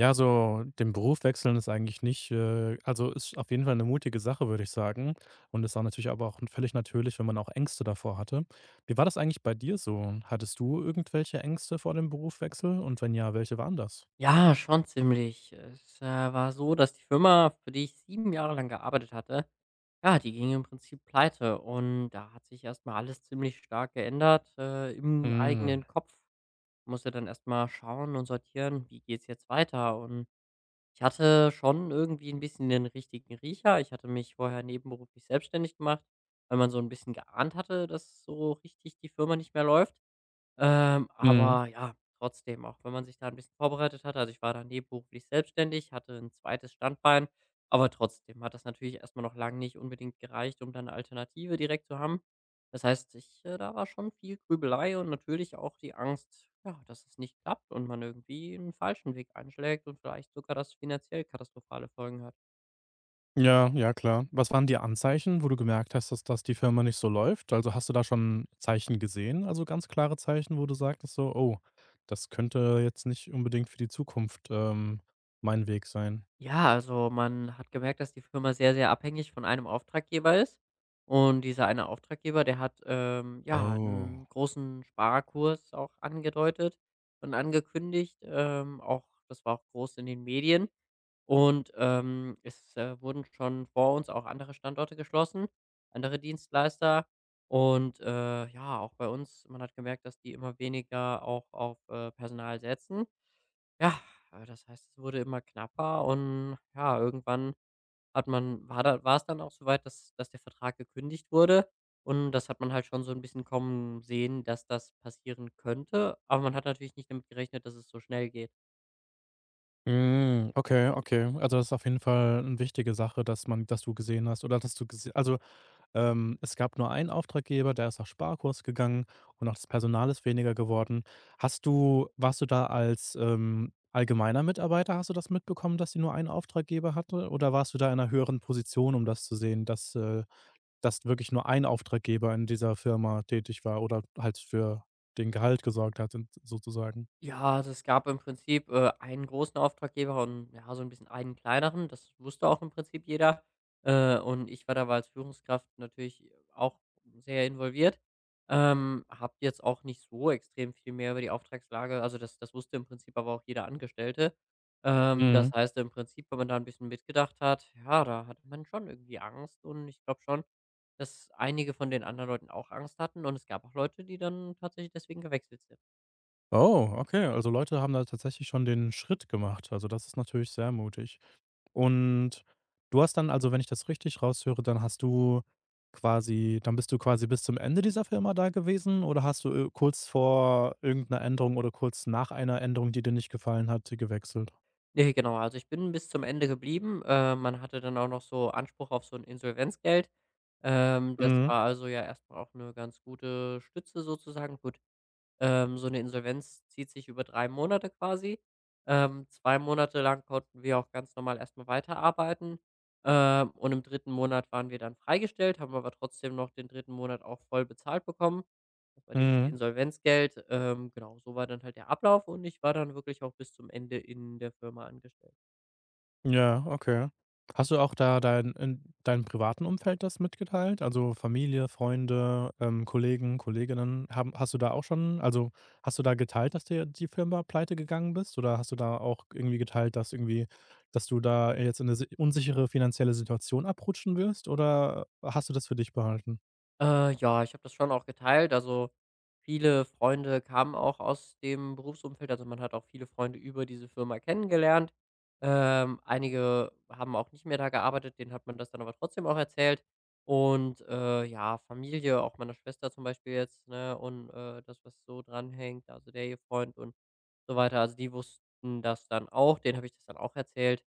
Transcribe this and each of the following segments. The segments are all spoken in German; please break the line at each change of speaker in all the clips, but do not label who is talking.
Ja, so den Beruf wechseln ist eigentlich nicht also, ist auf jeden Fall eine mutige Sache, würde ich sagen. Und ist auch natürlich aber auch völlig natürlich, wenn man auch Ängste davor hatte. Wie war das eigentlich bei dir so? Hattest du irgendwelche Ängste vor dem Berufswechsel und wenn ja, welche waren das?
Ja, schon ziemlich. Es war so, dass die Firma, für die ich 7 Jahre lang gearbeitet hatte, ja, die ging im Prinzip pleite und da hat sich erst mal alles ziemlich stark geändert im
Mhm.
eigenen Kopf. Musste dann erst mal schauen und sortieren, wie geht's jetzt weiter? Und ich hatte schon irgendwie ein bisschen den richtigen Riecher. Ich hatte mich vorher nebenberuflich selbstständig gemacht, weil man so ein bisschen geahnt hatte, dass so richtig die Firma nicht mehr läuft. Ähm,
Mhm.
aber ja, trotzdem, auch wenn man sich da ein bisschen vorbereitet hat, also, ich war da nebenberuflich selbstständig, hatte ein zweites Standbein, aber trotzdem hat das natürlich erstmal noch lang nicht unbedingt gereicht, um da 'ne Alternative direkt zu haben. Das heißt, ich da war schon viel Grübelei und natürlich auch die Angst, ja, dass es nicht klappt und man irgendwie einen falschen Weg einschlägt und vielleicht sogar das finanziell katastrophale Folgen hat.
Ja, ja klar. Was waren die Anzeichen, wo du gemerkt hast, dass die Firma nicht so läuft? Also, hast du da schon Zeichen gesehen, also ganz klare Zeichen, wo du sagtest so: „Oh, das könnte jetzt nicht unbedingt für die Zukunft, mein Weg sein?"
Ja, also man hat gemerkt, dass die Firma sehr, sehr abhängig von einem Auftraggeber ist. Und dieser eine Auftraggeber, der hat ja
Oh.
einen großen Sparkurs auch angedeutet und angekündigt. Auch das war auch groß in den Medien. Und es wurden schon vor uns auch andere Standorte geschlossen, andere Dienstleister. Und ja, auch bei uns, man hat gemerkt, dass die immer weniger auch auf Personal setzen. Ja, aber das heißt, es wurde immer knapper und ja, irgendwann hat man war da war es dann auch so weit, dass der Vertrag gekündigt wurde und das hat man halt schon so ein bisschen kommen sehen, dass das passieren könnte, aber man hat natürlich nicht damit gerechnet, dass es so schnell geht.
Mhm, okay, okay. Also, das ist auf jeden Fall eine wichtige Sache, dass du gesehen hast oder dass du gesehen. Also, es gab nur einen Auftraggeber, der ist auf Sparkurs gegangen und auch das Personal ist weniger geworden. Hast du Warst du da als, allgemeiner Mitarbeiter hast du das mitbekommen, dass sie nur einen Auftraggeber hatte? Oder warst du da in einer höheren Position, um das zu sehen, dass wirklich nur ein Auftraggeber in dieser Firma tätig war oder halt für den Gehalt gesorgt hat, sozusagen?
Ja, also es gab im Prinzip einen großen Auftraggeber und, ja, so ein bisschen einen kleineren. Das wusste auch im Prinzip jeder. Und ich war dabei als Führungskraft natürlich auch sehr involviert. Habe jetzt auch nicht so extrem viel mehr über die Auftragslage, also, das wusste im Prinzip aber auch jeder Angestellte. Ähm,
Mhm.
das heißt im Prinzip, wenn man da ein bisschen mitgedacht hat, ja, da hatte man schon irgendwie Angst und ich glaube schon, dass einige von den anderen Leuten auch Angst hatten und es gab auch Leute, die dann tatsächlich deswegen gewechselt sind.
Oh, okay. Also Leute haben da tatsächlich schon den Schritt gemacht. Also das ist natürlich sehr mutig. Und du hast dann, also wenn ich das richtig raushöre, dann bist du quasi bis zum Ende dieser Firma da gewesen oder hast du kurz vor irgendeiner Änderung oder kurz nach einer Änderung, die dir nicht gefallen hat, gewechselt?
Ne, genau. Also, ich bin bis zum Ende geblieben. Man hatte dann auch noch so Anspruch auf so ein Insolvenzgeld. Das
Mhm.
war also ja erstmal auch eine ganz gute Stütze sozusagen. Gut, so eine Insolvenz zieht sich über 3 Monate quasi. 2 Monate lang konnten wir auch ganz normal erstmal weiterarbeiten. Und im dritten Monat waren wir dann freigestellt, haben aber trotzdem noch den dritten Monat auch voll bezahlt bekommen. Das war dieses
Mhm.
Insolvenzgeld. Genau, so war dann halt der Ablauf und ich war dann wirklich auch bis zum Ende in der Firma angestellt.
Ja, okay. Hast du auch da dein in deinem privaten Umfeld das mitgeteilt? Also Familie, Freunde, Kollegen, Kolleginnen, haben hast du da auch schon, also hast du da geteilt, dass dir die Firma Pleite gegangen bist? Oder hast du da auch irgendwie geteilt, dass du da jetzt in eine si unsichere finanzielle Situation abrutschen wirst oder hast du das für dich behalten?
Ja, ich habe das schon auch geteilt. Also, viele Freunde kamen auch aus dem Berufsumfeld. Also, man hat auch viele Freunde über diese Firma kennengelernt. Einige haben auch nicht mehr da gearbeitet, denen hat man das dann aber trotzdem auch erzählt. Und ja, Familie, auch meiner Schwester zum Beispiel jetzt, ne, und das, was so dranhängt, also der ihr Freund und so weiter. Also, die wussten das dann auch, denen habe ich das dann auch erzählt.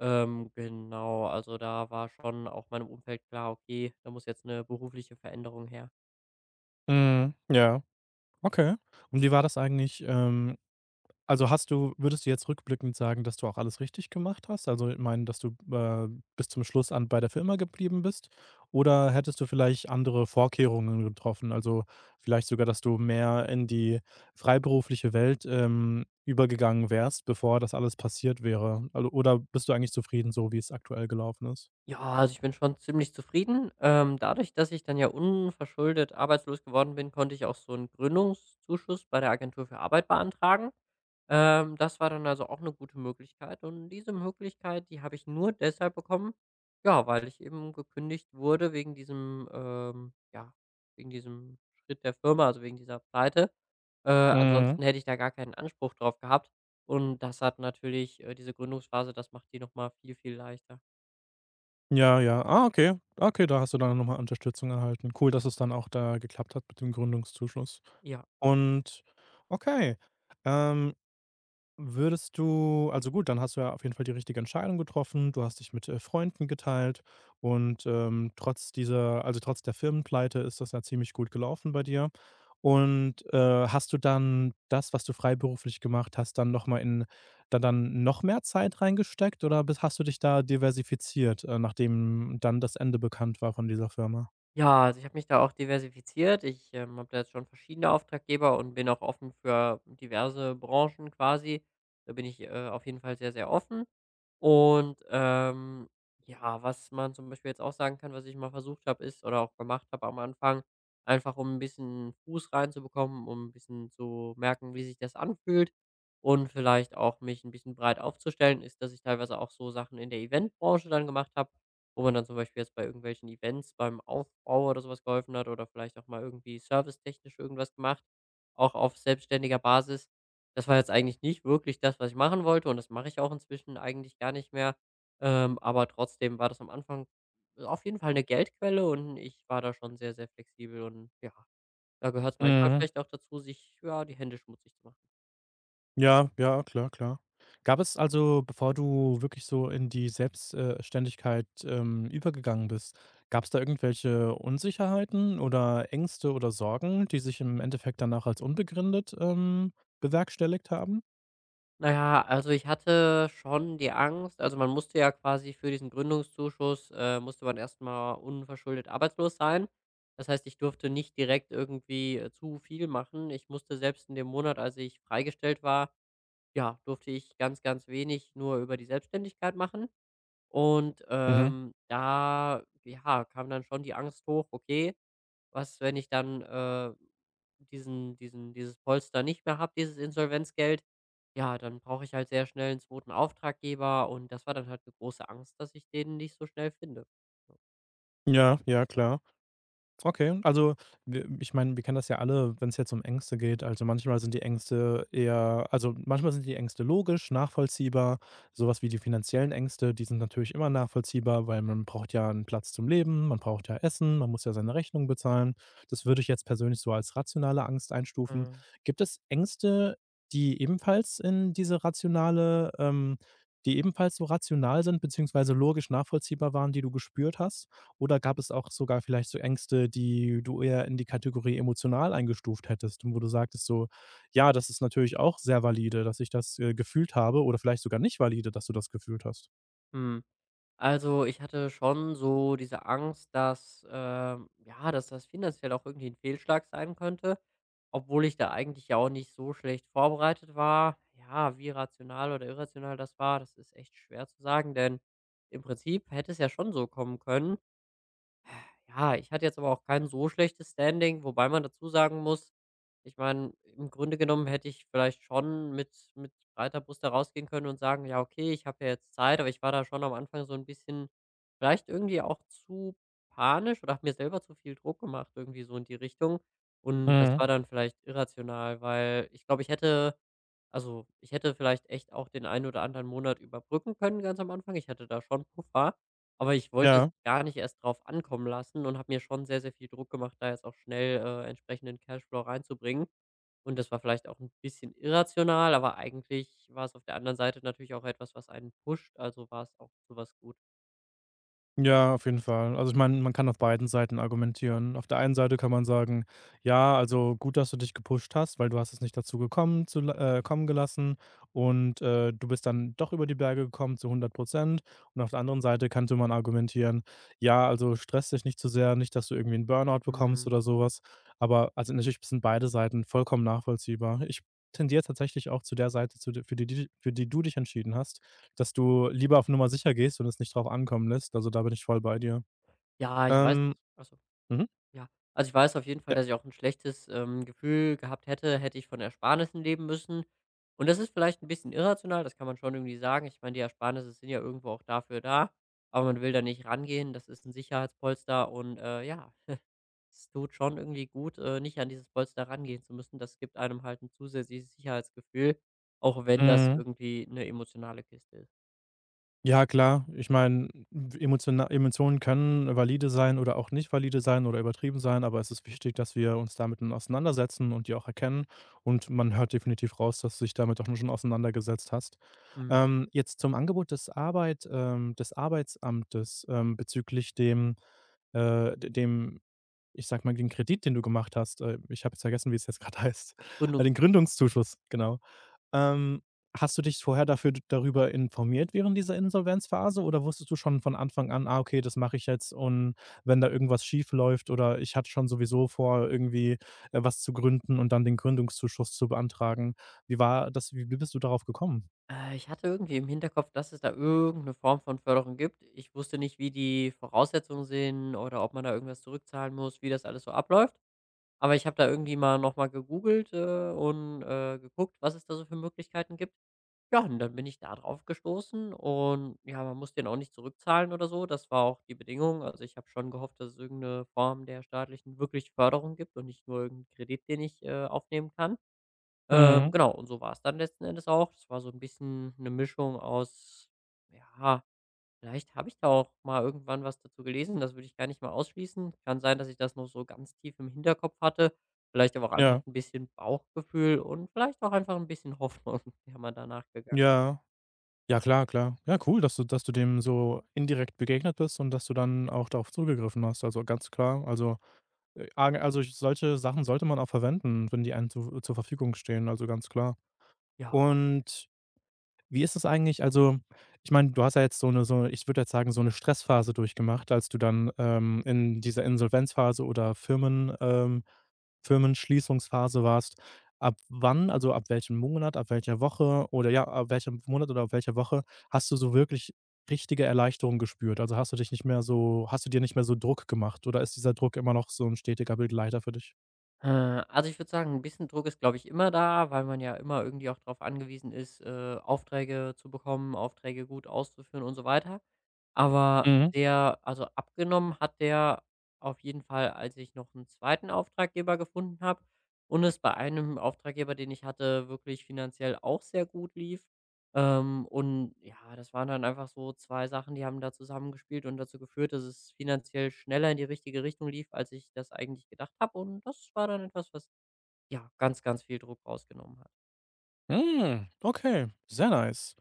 Genau, also da war schon auch meinem Umfeld klar: „Okay, da muss jetzt eine berufliche Veränderung her.“
Mhm, ja, okay. Und wie war das eigentlich, also, hast du würdest du jetzt rückblickend sagen, dass du auch alles richtig gemacht hast? Also, ich meine, dass du, bis zum Schluss an bei der Firma geblieben bist? Oder hättest du vielleicht andere Vorkehrungen getroffen? Also, vielleicht sogar, dass du mehr in die freiberufliche Welt, übergegangen wärst, bevor das alles passiert wäre? Also oder bist du eigentlich zufrieden so, wie es aktuell gelaufen ist?
Ja, also ich bin schon ziemlich zufrieden. Dadurch, dass ich dann ja unverschuldet arbeitslos geworden bin, konnte ich auch so einen Gründungszuschuss bei der Agentur für Arbeit beantragen. Das war dann also auch eine gute Möglichkeit und diese Möglichkeit, die habe ich nur deshalb bekommen, ja, weil ich eben gekündigt wurde wegen diesem Schritt der Firma, also wegen dieser Pleite. Äh,
Mhm.
ansonsten hätte ich da gar keinen Anspruch drauf gehabt und das hat natürlich diese Gründungsphase, das macht die noch mal viel, viel leichter.
Ja, ja. Ah, okay. Okay, da hast du dann nochmal Unterstützung erhalten. Cool, dass es dann auch da geklappt hat mit dem Gründungszuschuss.
Ja.
Und okay, ähm, Würdest du also gut, dann hast du ja auf jeden Fall die richtige Entscheidung getroffen. Du hast dich mit, Freunden geteilt und, trotz dieser also trotz der Firmenpleite ist das ja ziemlich gut gelaufen bei dir. Und, hast du dann das, was du freiberuflich gemacht hast, dann noch mal in dann dann noch mehr Zeit reingesteckt oder bis hast du dich da diversifiziert, nachdem dann das Ende bekannt war von dieser Firma?
Ja, also ich habe mich da auch diversifiziert. Ich habe da jetzt schon verschiedene Auftraggeber und bin auch offen für diverse Branchen quasi. Da bin ich auf jeden Fall sehr, sehr offen. Und ja, was man zum Beispiel jetzt auch sagen kann, was ich mal versucht habe, ist oder auch gemacht habe am Anfang, einfach um ein bisschen Fuß reinzubekommen, um ein bisschen zu merken, wie sich das anfühlt und vielleicht auch mich ein bisschen breit aufzustellen, ist, dass ich teilweise auch so Sachen in der Eventbranche dann gemacht habe, wo man dann zum Beispiel jetzt bei irgendwelchen Events beim Aufbau oder sowas geholfen hat oder vielleicht auch mal irgendwie servicetechnisch irgendwas gemacht, auch auf selbstständiger Basis. Das war jetzt eigentlich nicht wirklich das, was ich machen wollte und das mache ich auch inzwischen eigentlich gar nicht mehr. Aber trotzdem war das am Anfang auf jeden Fall eine Geldquelle und ich war da schon sehr, sehr flexibel und ja, da gehört es manchmal
Mhm.
vielleicht auch dazu, sich, ja, die Hände schmutzig zu machen.
Ja, ja, klar, klar. Gab es also, bevor du wirklich so in die Selbstständigkeit übergegangen bist, gab es da irgendwelche Unsicherheiten oder Ängste oder Sorgen, die sich im Endeffekt danach als unbegründet, bewerkstelligt haben?
Na ja, also ich hatte schon die Angst, also man musste ja quasi für diesen Gründungszuschuss, musste man erstmal unverschuldet arbeitslos sein. Das heißt, ich durfte nicht direkt irgendwie zu viel machen. Ich musste selbst in dem Monat, als ich freigestellt war, ja, durfte ich ganz, ganz wenig nur über die Selbstständigkeit machen. Und,
Mhm.
ähm, da, ja, kam dann schon die Angst hoch: „Okay, was, wenn ich dann diesen diesen dieses Polster nicht mehr habe, dieses Insolvenzgeld, ja, dann brauche ich halt sehr schnell 'n zweiten Auftraggeber und das war dann halt eine große Angst, dass ich den nicht so schnell finde.“ Ja.
Ja, ja, klar. Okay, also wir ich meine, wir kennen das ja alle, wenn es jetzt um Ängste geht. Also, manchmal sind die Ängste logisch, nachvollziehbar. Sowas wie die finanziellen Ängste, die sind natürlich immer nachvollziehbar, weil man braucht ja einen Platz zum Leben, man braucht ja Essen, man muss ja seine Rechnung bezahlen. Das würde ich jetzt persönlich so als rationale Angst einstufen.
Mhm.
Gibt es Ängste, die ebenfalls in diese rationale ähm, die ebenfalls so rational sind beziehungsweise logisch nachvollziehbar waren, die du gespürt hast? Oder gab es auch sogar vielleicht so Ängste, die du eher in die Kategorie emotional eingestuft hättest und wo du sagtest so: „Ja, das ist natürlich auch sehr valide, dass ich das, gefühlt habe" oder vielleicht sogar nicht valide, dass du das gefühlt hast?
Mhm. Also, ich hatte schon so diese Angst, dass ja, dass das finanziell auch irgendwie ein Fehlschlag sein könnte, obwohl ich da eigentlich ja auch nicht so schlecht vorbereitet war. Ja, wie rational oder irrational das war, das ist echt schwer zu sagen, denn im Prinzip hätte es ja schon so kommen können, ja, ich hatte jetzt aber auch kein so schlechtes Standing, wobei man dazu sagen muss, ich meine, im Grunde genommen hätte ich vielleicht schon mit breiter Brust da rausgehen können und sagen, ja, okay, ich habe ja jetzt Zeit, aber ich war da schon am Anfang so ein bisschen vielleicht irgendwie auch zu panisch oder habe mir selber zu viel Druck gemacht, irgendwie so in die Richtung. Und das
Mhm.
war dann vielleicht irrational, weil ich glaube, also ich hätte vielleicht echt auch den einen oder anderen Monat überbrücken können ganz am Anfang. Ich hatte da schon Puffer. Aber ich wollte es
Ja.
gar nicht erst drauf ankommen lassen und habe mir schon sehr, sehr viel Druck gemacht, da jetzt auch schnell entsprechenden Cashflow reinzubringen. Und das war vielleicht auch ein bisschen irrational, aber eigentlich war es auf der anderen Seite natürlich auch etwas, was einen pusht, also war es auch sowas gut.
Ja, auf jeden Fall. Also ich meine, man kann auf beiden Seiten argumentieren. Auf der einen Seite kann man sagen, ja, also gut, dass du dich gepusht hast, weil du hast es nicht dazu gekommen kommen gelassen und du bist dann doch über die Berge gekommen zu 100%. Und auf der anderen Seite könnte man argumentieren, ja, also stress dich nicht zu sehr, nicht, dass du irgendwie einen Burnout bekommst oder
Mhm.
sowas. Aber also natürlich sind beide Seiten vollkommen nachvollziehbar. Ich tendiere tatsächlich auch zu der Seite, zu, der- für, die, die- für die du dich entschieden hast, dass du lieber auf Nummer sicher gehst und es nicht drauf ankommen lässt. Also, da bin ich voll bei dir.
Ja, ich weiß.
Ähm,
Ach so.
mhm.
Ja, also ich weiß auf jeden Fall,
Ja.
dass ich auch ein schlechtes Gefühl gehabt hätte, hätte ich von Ersparnissen leben müssen. Und das ist vielleicht ein bisschen irrational, das kann man schon irgendwie sagen. Ich meine, die Ersparnisse sind ja irgendwo auch dafür da, aber man will da nicht rangehen. Das ist ein Sicherheitspolster und ja, es tut schon irgendwie gut, nicht an dieses Polster rangehen zu müssen. Das gibt einem halt ein zusätzliches Sicherheitsgefühl, auch wenn das
Mhm.
irgendwie eine emotionale Kiste ist.
Ja, klar. Ich meine, emotiona Emotionen können valide sein oder auch nicht valide sein oder übertrieben sein, aber es ist wichtig, dass wir uns damit nun auseinandersetzen und die auch erkennen. Und man hört definitiv raus, dass du dich damit auch schon auseinandergesetzt hast.
Mhm.
Jetzt zum Angebot des Arbeitsamtes, bezüglich dem d dem, ich sage mal, den Kredit, den du gemacht hast, ich habe jetzt vergessen, wie es jetzt gerade heißt, den Gründungszuschuss, genau. Ähm, Hast du dich vorher dafür d darüber informiert während dieser Insolvenzphase oder wusstest du schon von Anfang an: „Ah, okay, das mache ich jetzt und wenn da irgendwas schief läuft oder ich hatte schon sowieso vor, irgendwie, was zu gründen und dann den Gründungszuschuss zu beantragen." Wie war das wie wie bist du darauf gekommen?
Ich hatte irgendwie im Hinterkopf, dass es da irgendeine Form von Förderung gibt. Ich wusste nicht, wie die Voraussetzungen sind oder ob man da irgendwas zurückzahlen muss, wie das alles so abläuft. Aber ich habe da irgendwie mal noch mal gegoogelt, und geguckt, was es da so für Möglichkeiten gibt. Ja, und dann bin ich da drauf gestoßen und ja, man muss den auch nicht zurückzahlen oder so. Das war auch die Bedingung. Also, ich habe schon gehofft, dass es irgend 'ne Form der staatlichen wirklich Förderung gibt und nicht nur irgend Kredit, den ich aufnehmen kann. Ähm,
Mhm.
genau, und so war es dann letzten Endes auch. Das war so ein bisschen eine Mischung aus ja, vielleicht habe ich da auch mal irgendwann was dazu gelesen, das würde ich gar nicht mal ausschließen. Kann sein, dass ich das noch so ganz tief im Hinterkopf hatte, vielleicht aber auch einfach
Ja,
ein bisschen Bauchgefühl und vielleicht auch einfach ein bisschen Hoffnung, die haben wir da nachgegangen.
ja. Ja, klar, klar. Ja, cool, dass du dem so indirekt begegnet bist und dass du dann auch darauf zugegriffen hast. Also, ganz klar. Also, a also, solche Sachen sollte man auch verwenden, wenn die einem zu zur Verfügung stehen, also, ganz klar.
Ja.
Und wie ist es eigentlich? Also, ich meine, du hast ja jetzt so 'ne, ich würde jetzt sagen, so eine Stressphase durchgemacht, als du dann, in dieser Insolvenzphase oder Firmenschließungsphase warst. Ab wann, also ab welchem Monat, ab welcher Woche oder ja, ab welchem Monat oder ab welcher Woche hast du so wirklich richtige Erleichterung gespürt? Also, hast du dir nicht mehr so Druck gemacht oder ist dieser Druck immer noch so ein stetiger Begleiter für dich?
Äh, also, ich würde sagen, ein bisschen Druck ist, glaube ich, immer da, weil man ja immer irgendwie auch darauf angewiesen ist, Aufträge zu bekommen, Aufträge gut auszuführen und so weiter. Aber
Mhm.
der, also, abgenommen hat der auf jeden Fall, als ich noch einen zweiten Auftraggeber gefunden habe und es bei einem Auftraggeber, den ich hatte, wirklich finanziell auch sehr gut lief. Und ja, das waren dann einfach so 2 Sachen, die haben da zusammengespielt und dazu geführt, dass es finanziell schneller in die richtige Richtung lief, als ich das eigentlich gedacht habe. Und das war dann etwas, was, ja, ganz, ganz viel Druck rausgenommen hat.
Hm, okay, sehr nice.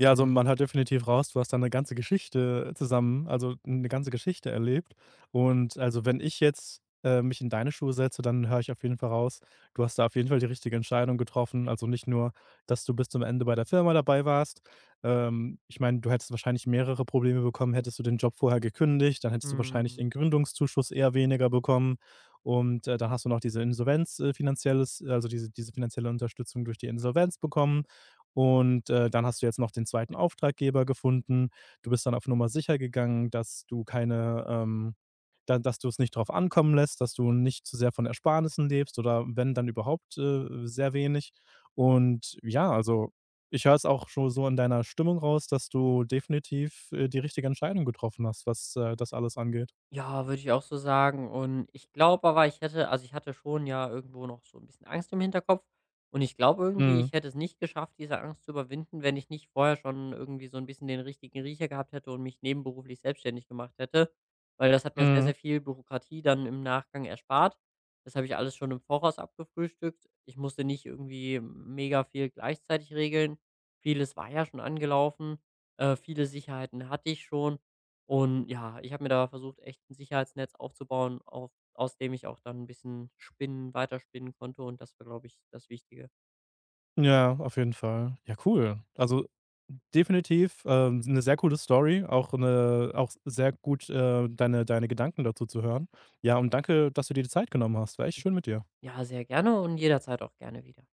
Ja, also, man
Mhm.
hört definitiv raus, du hast da eine ganze Geschichte erlebt. Und, also, wenn ich jetzt, mich in deine Schuhe setze, dann höre ich auf jeden Fall raus, du hast da auf jeden Fall die richtige Entscheidung getroffen. Also, nicht nur, dass du bis zum Ende bei der Firma dabei warst. Ich meine, du hättest wahrscheinlich mehrere Probleme bekommen, hättest du den Job vorher gekündigt, dann hättest du wahrscheinlich
Mhm.
den Gründungszuschuss eher weniger bekommen. Und, dann hast du noch diese Insolvenz, diese finanzielle Unterstützung durch die Insolvenz bekommen. Und, dann hast du jetzt noch den zweiten Auftraggeber gefunden. Du bist dann auf Nummer sicher gegangen, dass du keine, da dass du's nicht drauf ankommen lässt, dass du nicht zu sehr von Ersparnissen lebst oder wenn, dann überhaupt, sehr wenig. Und ja, also, ich höre es auch schon so in deiner Stimmung raus, dass du definitiv, die richtige Entscheidung getroffen hast, was, das alles angeht.
Ja, würde ich auch so sagen. Und ich glaube aber, ich hätte also, ich hatte schon ja irgendwo noch so ein bisschen Angst im Hinterkopf und ich glaube irgendwie,
Mhm,
ich hätte es nicht geschafft, diese Angst zu überwinden, wenn ich nicht vorher schon irgendwie so ein bisschen den richtigen Riecher gehabt hätte und mich nebenberuflich selbstständig gemacht hätte, weil das hat mir sehr,
mhm.
sehr viel Bürokratie dann im Nachgang erspart. Das habe ich alles schon im Voraus abgefrühstückt. Ich musste nicht irgendwie mega viel gleichzeitig regeln. Vieles war ja schon angelaufen. Viele Sicherheiten hatte ich schon. Und ja, ich habe mir da versucht, echt ein Sicherheitsnetz aufzubauen, auf aus dem ich auch dann ein bisschen spinnen weiterspinnen konnte und das war, glaube ich, das Wichtige.
Ja, auf jeden Fall. Ja, cool. Also definitiv, 'ne sehr coole Story, auch eine auch sehr gut, deine Gedanken dazu zu hören. Ja, und danke, dass du dir die Zeit genommen hast. War echt schön mit dir.
Ja, sehr gerne und jederzeit auch gerne wieder.